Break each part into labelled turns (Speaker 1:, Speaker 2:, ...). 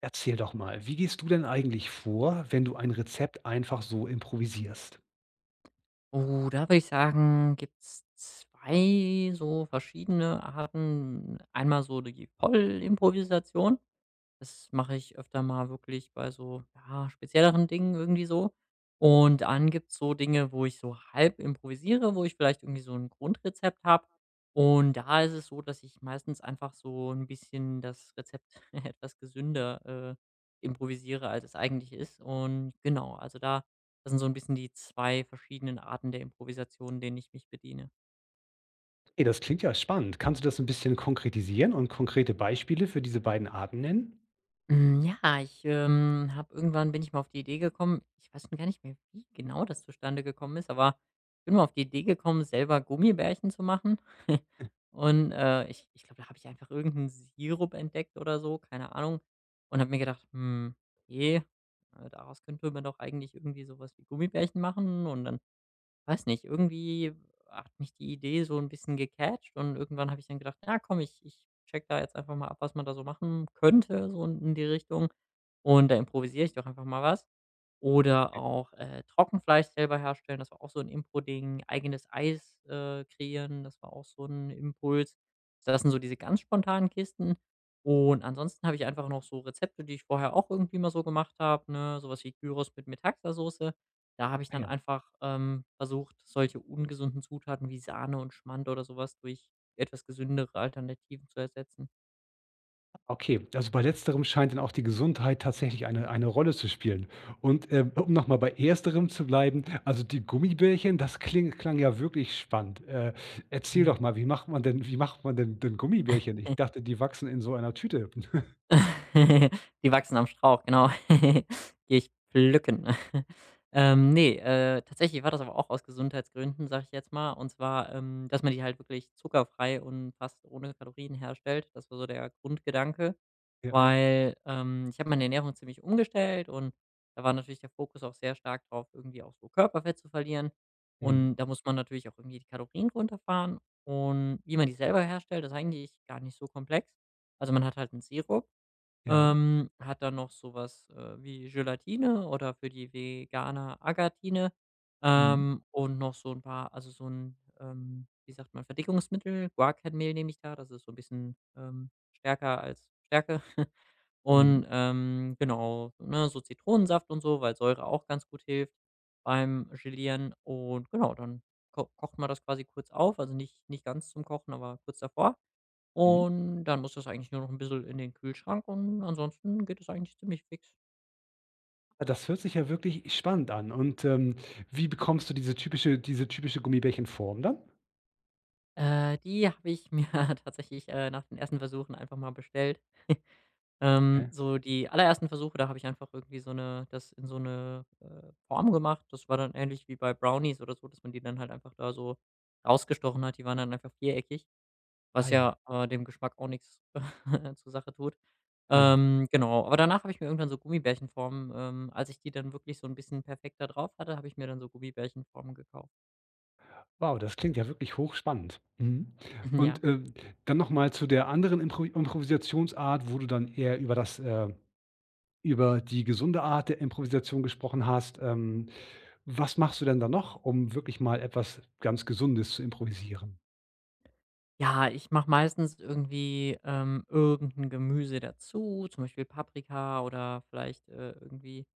Speaker 1: Erzähl doch mal, wie gehst du denn eigentlich vor, wenn du ein Rezept einfach so improvisierst?
Speaker 2: Oh, da würde ich sagen, gibt es 2 so verschiedene Arten. Einmal so die Vollimprovisation. Das mache ich öfter mal wirklich bei so, ja, spezielleren Dingen irgendwie so. Und dann gibt's so Dinge, wo ich so halb improvisiere, wo ich vielleicht irgendwie so ein Grundrezept habe. Und da ist es so, dass ich meistens einfach so ein bisschen das Rezept etwas gesünder, äh, improvisiere, als es eigentlich ist. Und genau, also da das sind so ein bisschen die 2 verschiedenen Arten der Improvisation, denen ich mich bediene.
Speaker 1: Ey, das klingt ja spannend. Kannst du das ein bisschen konkretisieren und konkrete Beispiele für diese beiden Arten nennen?
Speaker 2: Habe irgendwann bin ich mal auf die Idee gekommen, ich weiß schon gar nicht mehr, wie genau das zustande gekommen ist, aber ich bin mal auf die Idee gekommen, selber Gummibärchen zu machen. Und, ich glaube, da habe ich einfach irgendeinen Sirup entdeckt oder so, keine Ahnung, und habe mir gedacht: „Hm, okay, daraus könnte man doch eigentlich irgendwie sowas wie Gummibärchen machen.“ Und dann weiß nicht, irgendwie hat mich die Idee so ein bisschen gecatcht, und irgendwann habe ich dann gedacht: „Ja, komm, ich check da jetzt einfach mal ab, was man da so machen könnte, so in die Richtung. Und da improvisiere ich doch einfach mal was.“ Oder
Speaker 1: Äh,
Speaker 2: auch, Trockenfleisch selber herstellen, das war auch so ein Impro-Ding. Eigenes Eis, kreieren, das war auch so ein Impuls. Das sind so diese ganz spontanen Kisten. Und ansonsten habe ich einfach noch so Rezepte, die ich vorher auch irgendwie mal so gemacht habe, ne? So was wie Gyros mit Metaxa-Soße. Da habe ich
Speaker 1: ah
Speaker 2: dann
Speaker 1: ja.
Speaker 2: einfach, versucht, solche ungesunden Zutaten wie Sahne und Schmand oder sowas durch etwas gesündere Alternativen zu ersetzen.
Speaker 1: Okay, also bei Letzterem scheint dann auch die Gesundheit tatsächlich eine Rolle zu spielen. Und, um noch mal bei Ersterem zu bleiben, also die Gummibärchen, das kling klang ja wirklich spannend. Erzähl doch
Speaker 2: Mhm.
Speaker 1: mal, wie macht man denn Gummibärchen? Ich dachte, die wachsen in so einer Tüte.
Speaker 2: Die wachsen am Strauch, genau. Gehe ich pflücken. Ne, tatsächlich war das aber auch aus Gesundheitsgründen, sage ich jetzt mal. Und zwar, dass man die halt wirklich zuckerfrei und fast ohne Kalorien herstellt. Das war so der Grundgedanke.
Speaker 1: Ja, ja.
Speaker 2: Weil, ich habe meine Ernährung ziemlich umgestellt, und da war natürlich der Fokus auch sehr stark drauf, irgendwie auch so Körperfett zu verlieren.
Speaker 1: Mhm.
Speaker 2: Und da muss man natürlich auch irgendwie die Kalorien runterfahren. Und wie man die selber herstellt, ist eigentlich gar nicht so komplex. Also man hat halt 'n Sirup,
Speaker 1: Ja.
Speaker 2: hat dann noch sowas wie Gelatine oder für die Veganer Agatine,
Speaker 1: Mhm.
Speaker 2: und noch so ein paar, also so ein wie sagt man, Verdickungsmittel. Guarkernmehl nehme ich da, das ist so ein bisschen, stärker als Stärke.
Speaker 1: Mhm.
Speaker 2: Und, genau, so, ne, so Zitronensaft und so, weil Säure auch ganz gut hilft beim Gelieren. Und genau, dann ko kocht man das quasi kurz auf, also nicht ganz zum Kochen, aber kurz davor.
Speaker 1: Mhm.
Speaker 2: Und dann muss das eigentlich nur noch ein bisschen in den Kühlschrank, und ansonsten geht es eigentlich ziemlich fix.
Speaker 1: Das hört sich ja wirklich spannend an. Und, wie bekommst du diese typische Gummibärchenform dann?
Speaker 2: Die habe ich mir tatsächlich, nach den ersten Versuchen einfach mal bestellt.
Speaker 1: Mhm.
Speaker 2: So die allerersten Versuche, da habe ich einfach irgendwie so eine das in so eine Form gemacht. Das war dann ähnlich wie bei Brownies oder so, dass man die dann halt einfach da so rausgestochen hat. Die waren dann einfach viereckig,
Speaker 1: Ah
Speaker 2: was
Speaker 1: ja,
Speaker 2: ja, dem Geschmack auch nichts zur Sache tut.
Speaker 1: ja.
Speaker 2: Genau, aber danach habe ich mir irgendwann so Gummibärchenformen als ich die dann wirklich so ein bisschen perfekter drauf hatte, habe ich mir dann so Gummibärchenformen gekauft.
Speaker 1: Wow, das klingt ja wirklich hochspannend. Mhm.
Speaker 2: Ja.
Speaker 1: Und, dann noch mal zu der anderen Improvisationsart, wo du dann eher über das über die gesunde Art der Improvisation gesprochen hast. Was machst du denn da noch, um wirklich mal etwas ganz Gesundes zu improvisieren?
Speaker 2: Ja, ich mache meistens irgendwie, irgend Gemüse dazu, zum Beispiel Paprika oder vielleicht, irgendwie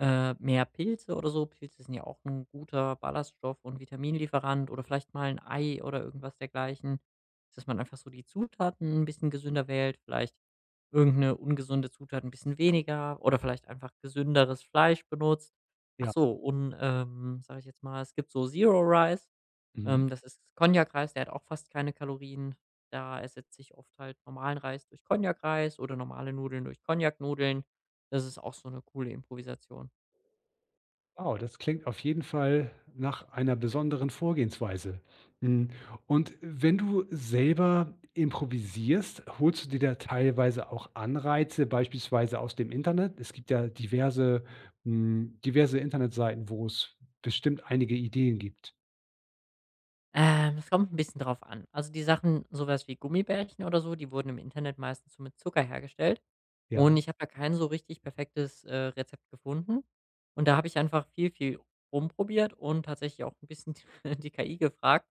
Speaker 2: Mehr Pilze oder so. Pilze sind ja auch ein guter Ballaststoff und Vitaminlieferant, oder vielleicht mal ein Ei oder irgendwas dergleichen. Dass man einfach so die Zutaten ein bisschen gesünder wählt, vielleicht irgendeine ungesunde Zutat ein bisschen weniger oder vielleicht einfach gesünderes Fleisch benutzt. Ach
Speaker 1: Ja.
Speaker 2: so, und, sage ich jetzt mal, es gibt so Zero Rice,
Speaker 1: Mhm.
Speaker 2: das ist Cognac-Reis, der hat auch fast keine Kalorien. Da ersetze ich oft halt normalen Reis durch Cognac-Reis oder normale Nudeln durch Cognac-Nudeln. Das ist auch so eine coole Improvisation.
Speaker 1: Wow, das klingt auf jeden Fall nach einer besonderen Vorgehensweise. Hm, und wenn du selber improvisierst, holst du dir da teilweise auch Anreize, beispielsweise aus dem Internet? Es gibt ja diverse diverse Internetseiten, wo es bestimmt einige Ideen gibt.
Speaker 2: Es kommt ein bisschen drauf an. Also, die Sachen sowas wie Gummibärchen oder so, die wurden im Internet meistens so mit Zucker hergestellt,
Speaker 1: Ja.
Speaker 2: und ich habe da kein so richtig perfektes, Rezept gefunden. Und da habe ich einfach viel, viel rumprobiert und tatsächlich auch ein bisschen die KI gefragt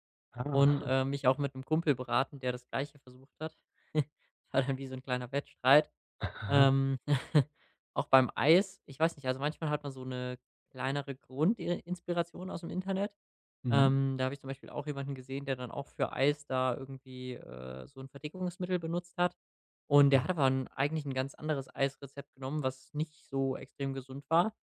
Speaker 2: und,
Speaker 1: Ah.
Speaker 2: mich auch mit einem Kumpel beraten, der das Gleiche versucht hat. War dann wie so ein kleiner Wettstreit. Ähm, auch beim Eis, ich weiß nicht, also manchmal hat man so eine kleinere Grundinspiration aus dem Internet,
Speaker 1: Mhm.
Speaker 2: da habe ich zum Beispiel auch jemanden gesehen, der dann auch für Eis da irgendwie, so ein Verdickungsmittel benutzt hat. Und der
Speaker 1: Ja.
Speaker 2: hat aber 'n eigentlich ein ganz anderes Eisrezept genommen, was nicht so extrem gesund war.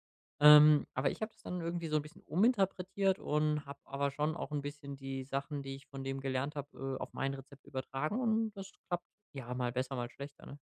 Speaker 2: Aber ich habe das dann irgendwie so ein bisschen uminterpretiert und habe aber schon auch ein bisschen die Sachen, die ich von dem gelernt habe, auf mein Rezept übertragen, und das klappt, ja, mal besser, mal schlechter, ne?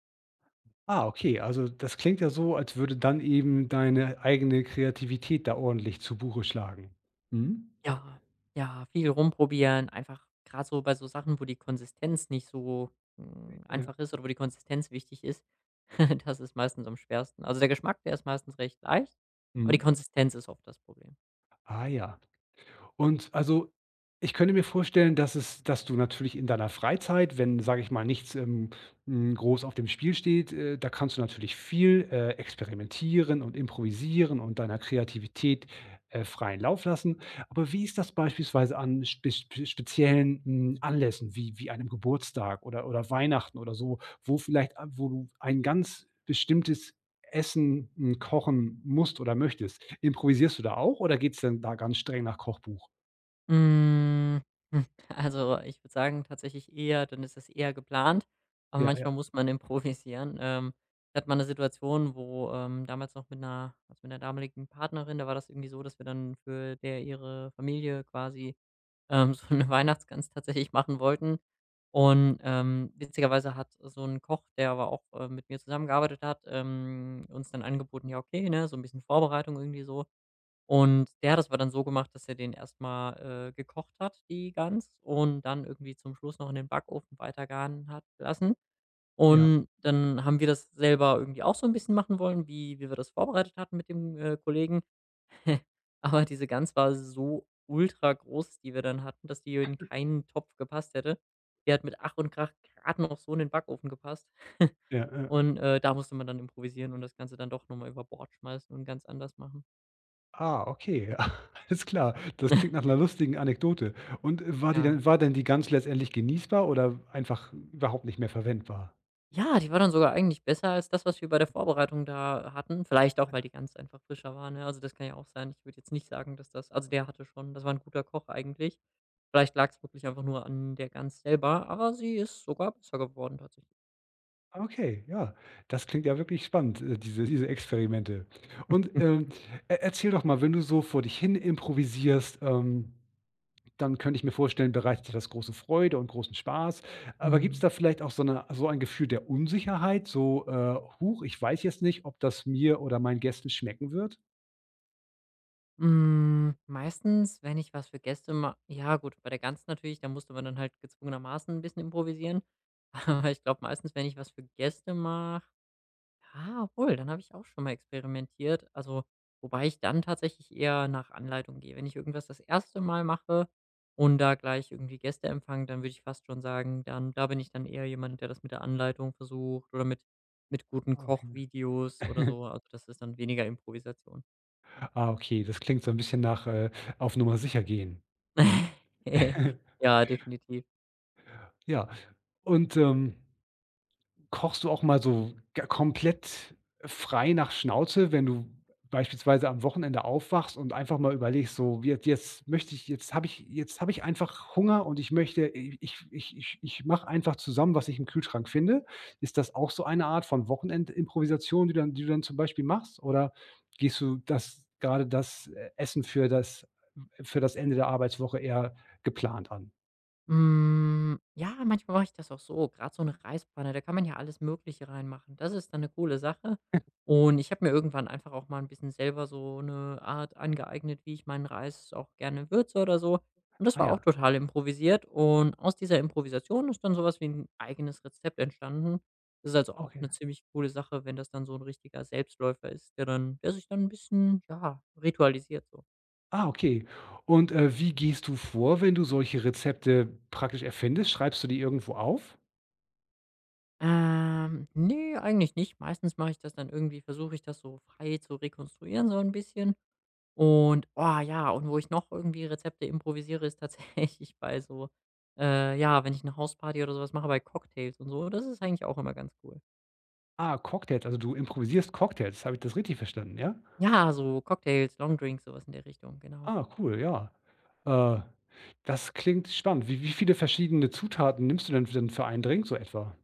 Speaker 1: Ah, okay, also das klingt ja so, als würde dann eben deine eigene Kreativität da ordentlich zu Buche schlagen. Mhm.
Speaker 2: Ja, ja, viel rumprobieren, einfach gerade so bei so Sachen, wo die Konsistenz nicht so, hm,
Speaker 1: Ja.
Speaker 2: einfach ist oder wo die Konsistenz wichtig ist, das ist meistens am schwersten. Also, der Geschmack, der ist meistens recht leicht, aber die
Speaker 1: Mhm.
Speaker 2: Konsistenz ist oft das Problem.
Speaker 1: Ah ja. Und also, ich könnte mir vorstellen, dass du natürlich in deiner Freizeit, wenn, sage ich mal, nichts groß auf dem Spiel steht, da kannst du natürlich viel experimentieren und improvisieren und deiner Kreativität freien Lauf lassen. Aber wie ist das beispielsweise an speziellen, hm, Anlässen wie einem Geburtstag oder Weihnachten oder so, wo vielleicht a wo du ein ganz bestimmtes Essen, hm, kochen musst oder möchtest? Improvisierst du da auch oder geht's denn da ganz streng nach Kochbuch?
Speaker 2: Hm, hm, also, ich würde sagen, tatsächlich eher dann ist es eher geplant, aber
Speaker 1: Ja, ja,
Speaker 2: manchmal muss man improvisieren. Ich hatte mal 'ne Situation, wo, damals noch mit einer also, mit 'ner damaligen Partnerin, da war das irgendwie so, dass wir dann für der ihre Familie quasi so 'ne Weihnachtsgans tatsächlich machen wollten. Und, witzigerweise hat so 'n Koch, der aber auch, mit mir zusammengearbeitet hat, uns dann angeboten: „Ja, okay, ne, so 'n bisschen Vorbereitung irgendwie so.“ Und der hat das aber dann so gemacht, dass er den erst mal, gekocht hat, die Gans, und dann irgendwie zum Schluss noch in den Backofen weitergaren hat lassen.
Speaker 1: ja,
Speaker 2: Und dann haben wir das selber irgendwie auch so 'n bisschen machen wollen, wie wir das vorbereitet hatten mit dem, Kollegen. Aber diese Gans war so ultra groß, die wir dann hatten, dass die in keinen Topf gepasst hätte. Die hat mit Ach und Krach gerade noch so in den Backofen gepasst.
Speaker 1: ja, ja.
Speaker 2: Und, da musste man dann improvisieren und das Ganze dann doch noch mal über Bord schmeißen und ganz anders machen.
Speaker 1: Ah, okay, alles klar. Das klingt nach einer lustigen Anekdote. Und
Speaker 2: Ja.
Speaker 1: war denn die Gans letztendlich genießbar oder einfach überhaupt nicht mehr verwendbar?
Speaker 2: Ja, die war dann sogar eigentlich besser als das, was wir bei der Vorbereitung da hatten. Vielleicht auch, weil die Gans einfach frischer war, ne? Also, das kann ja auch sein. Ich würde jetzt nicht sagen, dass das also, der hatte schon, das war ein guter Koch eigentlich. Vielleicht lag es wirklich einfach nur an der Gans selber, aber sie ist sogar besser geworden tatsächlich.
Speaker 1: Ah, okay, ja. Das klingt ja wirklich spannend, diese Experimente. Und,
Speaker 2: Hm.
Speaker 1: e erzähl doch mal, wenn du so vor dich hin improvisierst, dann könnte ich mir vorstellen, bereitet dir das große Freude und großen Spaß. Aber gibt es
Speaker 2: Hm,
Speaker 1: da vielleicht auch so ein Gefühl der Unsicherheit, so, „Huch, ich weiß jetzt nicht, ob das mir oder meinen Gästen schmecken wird?“
Speaker 2: hm, meistens, wenn ich was für Gäste mache, ja gut, bei der Gans natürlich, da musste man dann halt gezwungenermaßen ein bisschen improvisieren. Aber ich glaube meistens, wenn ich was für Gäste mache, ja, obwohl, dann habe ich auch schon mal experimentiert. Also, wobei ich dann tatsächlich eher nach Anleitung gehe. Wenn ich irgendwas das erste Mal mache und da gleich irgendwie Gäste empfange, dann würde ich fast schon sagen, dann da bin ich dann eher jemand, der das mit der Anleitung versucht oder mit guten
Speaker 1: Ah, okay.
Speaker 2: Kochvideos oder so. Also, das ist dann weniger Improvisation.
Speaker 1: Ah, okay, das klingt so ein bisschen nach, auf Nummer sicher gehen. Mhm.
Speaker 2: Ja, definitiv.
Speaker 1: Ja. Und, kochst du auch mal so g komplett frei nach Schnauze, wenn du beispielsweise am Wochenende aufwachst und einfach mal überlegst, so: jetzt möchte ich, jetzt habe ich einfach Hunger und ich möchte ich mache einfach zusammen, was ich im Kühlschrank finde.“ Ist das auch so eine Art von Wochenendimprovisation, die du dann zum Beispiel machst? Oder gehst du das, Essen für das Ende der Arbeitswoche eher geplant an?
Speaker 2: Hm, ja, manchmal mache ich das auch so. Gerade so eine Reispfanne, da kann man ja alles Mögliche reinmachen. Das ist dann eine coole Sache. Und ich habe mir irgendwann einfach auch mal ein bisschen selber so eine Art angeeignet, wie ich meinen Reis auch gerne würze oder so. Und das
Speaker 1: Ah
Speaker 2: war
Speaker 1: ja,
Speaker 2: auch total improvisiert. Und aus dieser Improvisation ist dann sowas wie ein eigenes Rezept entstanden. Das ist also auch
Speaker 1: okay.
Speaker 2: eine ziemlich coole Sache, wenn das dann so ein richtiger Selbstläufer ist, der sich dann ein bisschen, ja, ritualisiert so.
Speaker 1: Ah, okay. Und, wie gehst du vor, wenn du solche Rezepte praktisch erfindest? Schreibst du die irgendwo auf?
Speaker 2: Ne, eigentlich nicht. Meistens mache ich das dann versuche ich das so frei zu rekonstruieren so ein bisschen. Und, oh ja, und wo ich noch irgendwie Rezepte improvisiere, ist tatsächlich bei so ja, wenn ich eine Hausparty oder sowas mache, bei Cocktails und so, das ist eigentlich auch immer ganz cool.
Speaker 1: Ah, Cocktails, also du improvisierst Cocktails. Habe ich das richtig verstanden, ja?
Speaker 2: Ja, so Cocktails, Longdrinks, so was in der Richtung, genau.
Speaker 1: Ah, cool, ja. Äh, das klingt spannend. Wie viele verschiedene Zutaten nimmst du denn für einen Drink so etwa?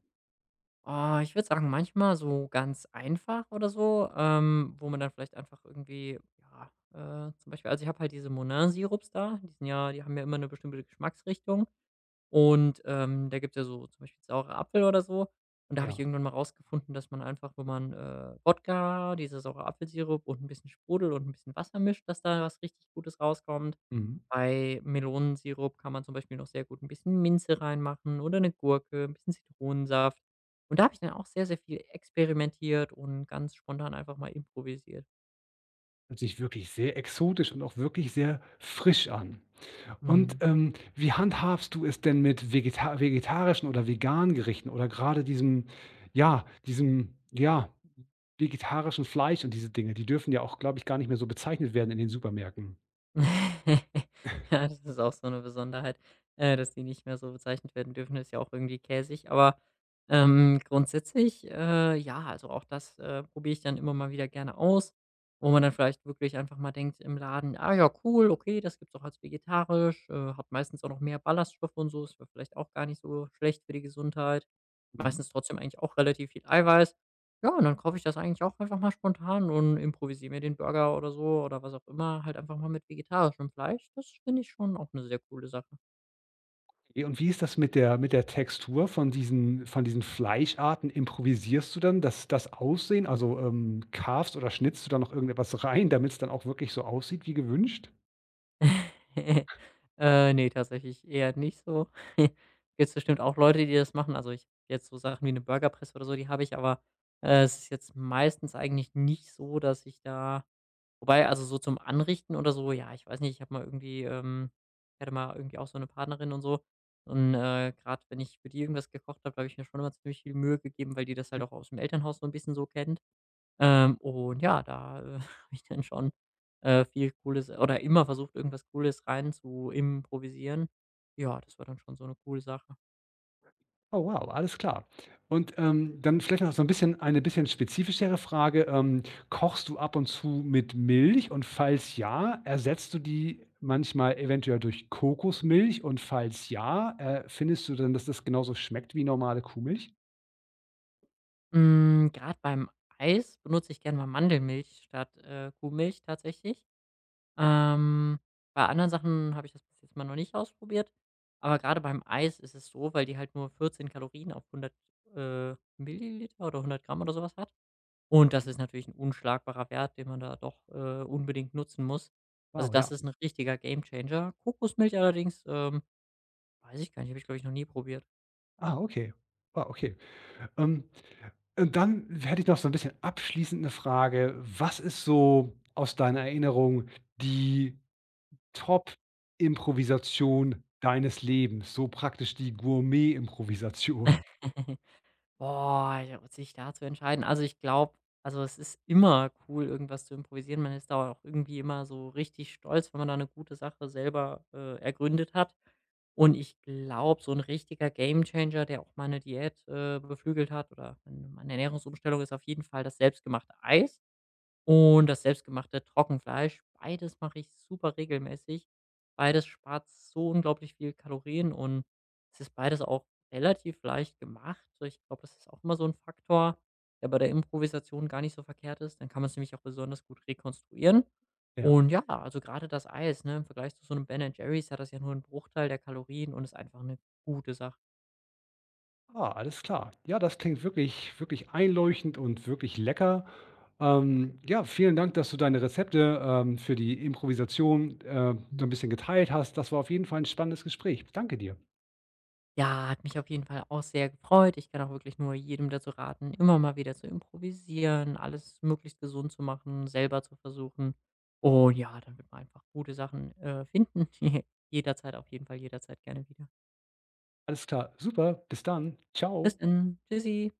Speaker 2: Ah, ich würde sagen, manchmal so ganz einfach oder so, wo man dann vielleicht einfach irgendwie, ja, zum Beispiel ich habe halt diese Monin-Sirups da, die haben ja immer eine bestimmte Geschmacksrichtung. Und, da gibt's ja so zum Beispiel saure Apfel oder so. Und da habe ich
Speaker 1: Ja.
Speaker 2: irgendwann mal rausgefunden, dass man einfach, wenn man, Wodka, diese saure Apfelsirup und ein bisschen Sprudel und ein bisschen Wasser mischt, dass da was richtig Gutes rauskommt.
Speaker 1: Mhm.
Speaker 2: Bei Melonensirup kann man zum Beispiel noch sehr gut ein bisschen Minze reinmachen oder eine Gurke, ein bisschen Zitronensaft. Und da habe ich dann auch sehr, sehr viel experimentiert und ganz spontan einfach mal improvisiert.
Speaker 1: Hört sich wirklich sehr exotisch und auch wirklich sehr frisch an. Und,
Speaker 2: Mhm.
Speaker 1: wie handhabst du es denn mit vegetarischen oder veganen Gerichten oder gerade diesem, ja, vegetarischen Fleisch und diese Dinge? Die dürfen ja auch, glaube ich, gar nicht mehr so bezeichnet werden in den Supermärkten.
Speaker 2: Ja, das ist auch so eine Besonderheit, dass die nicht mehr so bezeichnet werden dürfen. Ist ja auch irgendwie käsig, aber grundsätzlich, ja, also auch das probiere ich dann immer mal wieder gerne aus, wo man dann vielleicht wirklich einfach mal denkt im Laden: „Ah ja, cool, okay, das gibt's auch als vegetarisch, hat meistens auch noch mehr Ballaststoffe und so, ist ja vielleicht auch gar nicht so schlecht für die Gesundheit.“
Speaker 1: Mhm.
Speaker 2: Meistens trotzdem eigentlich auch relativ viel Eiweiß. Ja, und dann kaufe ich das eigentlich auch einfach mal spontan und improvisiere mir den Burger oder so oder was auch immer, halt einfach mal mit vegetarischem Fleisch. Das finde ich schon auch eine sehr coole Sache.
Speaker 1: Und wie ist das mit der Textur von diesen Fleischarten? Improvisierst du dann das Aussehen? Also, carvest oder schnitzt du da noch irgendetwas rein, damit es dann auch wirklich so aussieht wie gewünscht?
Speaker 2: Ne, tatsächlich eher nicht so. Gibt es bestimmt auch Leute, die das machen. Also, ich jetzt so Sachen wie eine Burgerpresse oder so, die habe ich, aber es ist jetzt meistens eigentlich nicht so, dass ich da wobei, also, so zum Anrichten oder so, ja, ich weiß nicht, ich habe mal irgendwie, ich hatte mal irgendwie auch so eine Partnerin und so und, grad wenn ich für die irgendwas gekocht habe, habe ich mir schon immer ziemlich viel Mühe gegeben, weil die das halt auch aus dem Elternhaus so ein bisschen so kennt. Und ja, da, habe ich dann schon, viel Cooles oder immer versucht, irgendwas Cooles rein zu improvisieren. Ja, das war dann schon so eine coole Sache.
Speaker 1: Oh wow, alles klar. Und, dann vielleicht noch so ein bisschen eine bisschen spezifischere Frage. Kochst du ab und zu mit Milch? Und falls ja, ersetzt du die manchmal eventuell durch Kokosmilch? Und falls ja, findest du dann, dass das genauso schmeckt wie normale Kuhmilch?
Speaker 2: Hm, grad beim Eis benutze ich gerne mal Mandelmilch statt, Kuhmilch tatsächlich. Ähm, Bei anderen Sachen habe ich das bis jetzt mal noch nicht ausprobiert, aber gerade beim Eis ist es so, weil die halt nur 14 Kalorien auf 100, Milliliter oder 100 Gramm oder sowas hat. Und das ist natürlich ein unschlagbarer Wert, den man da doch, unbedingt nutzen muss. Also,
Speaker 1: Wow,
Speaker 2: das
Speaker 1: ja.
Speaker 2: ist ein richtiger Gamechanger. Kokosmilch allerdings, weiß ich gar nicht, habe ich, glaube ich, noch nie probiert.
Speaker 1: Ah, okay. Wow, okay. Ähm, und dann hätte ich noch so ein bisschen abschließend eine Frage. Was ist so aus deiner Erinnerung die Top-Improvisation deines Lebens, so praktisch die Gourmet-Improvisation.
Speaker 2: Boah, ja, und sich da zu entscheiden. Also, ich glaube also, es ist immer cool, irgendwas zu improvisieren. Man ist da auch irgendwie immer so richtig stolz, wenn man da eine gute Sache selber, ergründet hat. Und ich glaube, so ein richtiger Gamechanger, der auch meine Diät, beflügelt hat oder meine Ernährungsumstellung, ist auf jeden Fall das selbstgemachte Eis und das selbstgemachte Trockenfleisch. Beides mache ich super regelmäßig. Beides spart so unglaublich viel Kalorien und es ist beides auch relativ leicht gemacht. So, ich glaube, das ist auch immer so ein Faktor, der bei der Improvisation gar nicht so verkehrt ist. Dann kann man es nämlich auch besonders gut rekonstruieren.
Speaker 1: Ja.
Speaker 2: Und ja, also gerade das Eis, ne, im Vergleich zu so einem Ben Jerry's hat das ja nur einen Bruchteil der Kalorien und ist einfach eine gute Sache.
Speaker 1: Ah, alles klar. Ja, das klingt wirklich einleuchtend und wirklich lecker. Ja, vielen Dank, dass du deine Rezepte, für die Improvisation, so ein bisschen geteilt hast. Das war auf jeden Fall ein spannendes Gespräch. Danke dir.
Speaker 2: Ja, hat mich auf jeden Fall auch sehr gefreut. Ich kann auch wirklich nur jedem dazu raten, immer mal wieder zu improvisieren, alles möglichst gesund zu machen, selber zu versuchen. Und ja, dann wird man einfach gute Sachen, finden. Jederzeit, auf jeden Fall jederzeit gerne wieder.
Speaker 1: Alles klar, super, bis dann.
Speaker 2: Bis
Speaker 1: Ciao.
Speaker 2: dann. Tschüssi.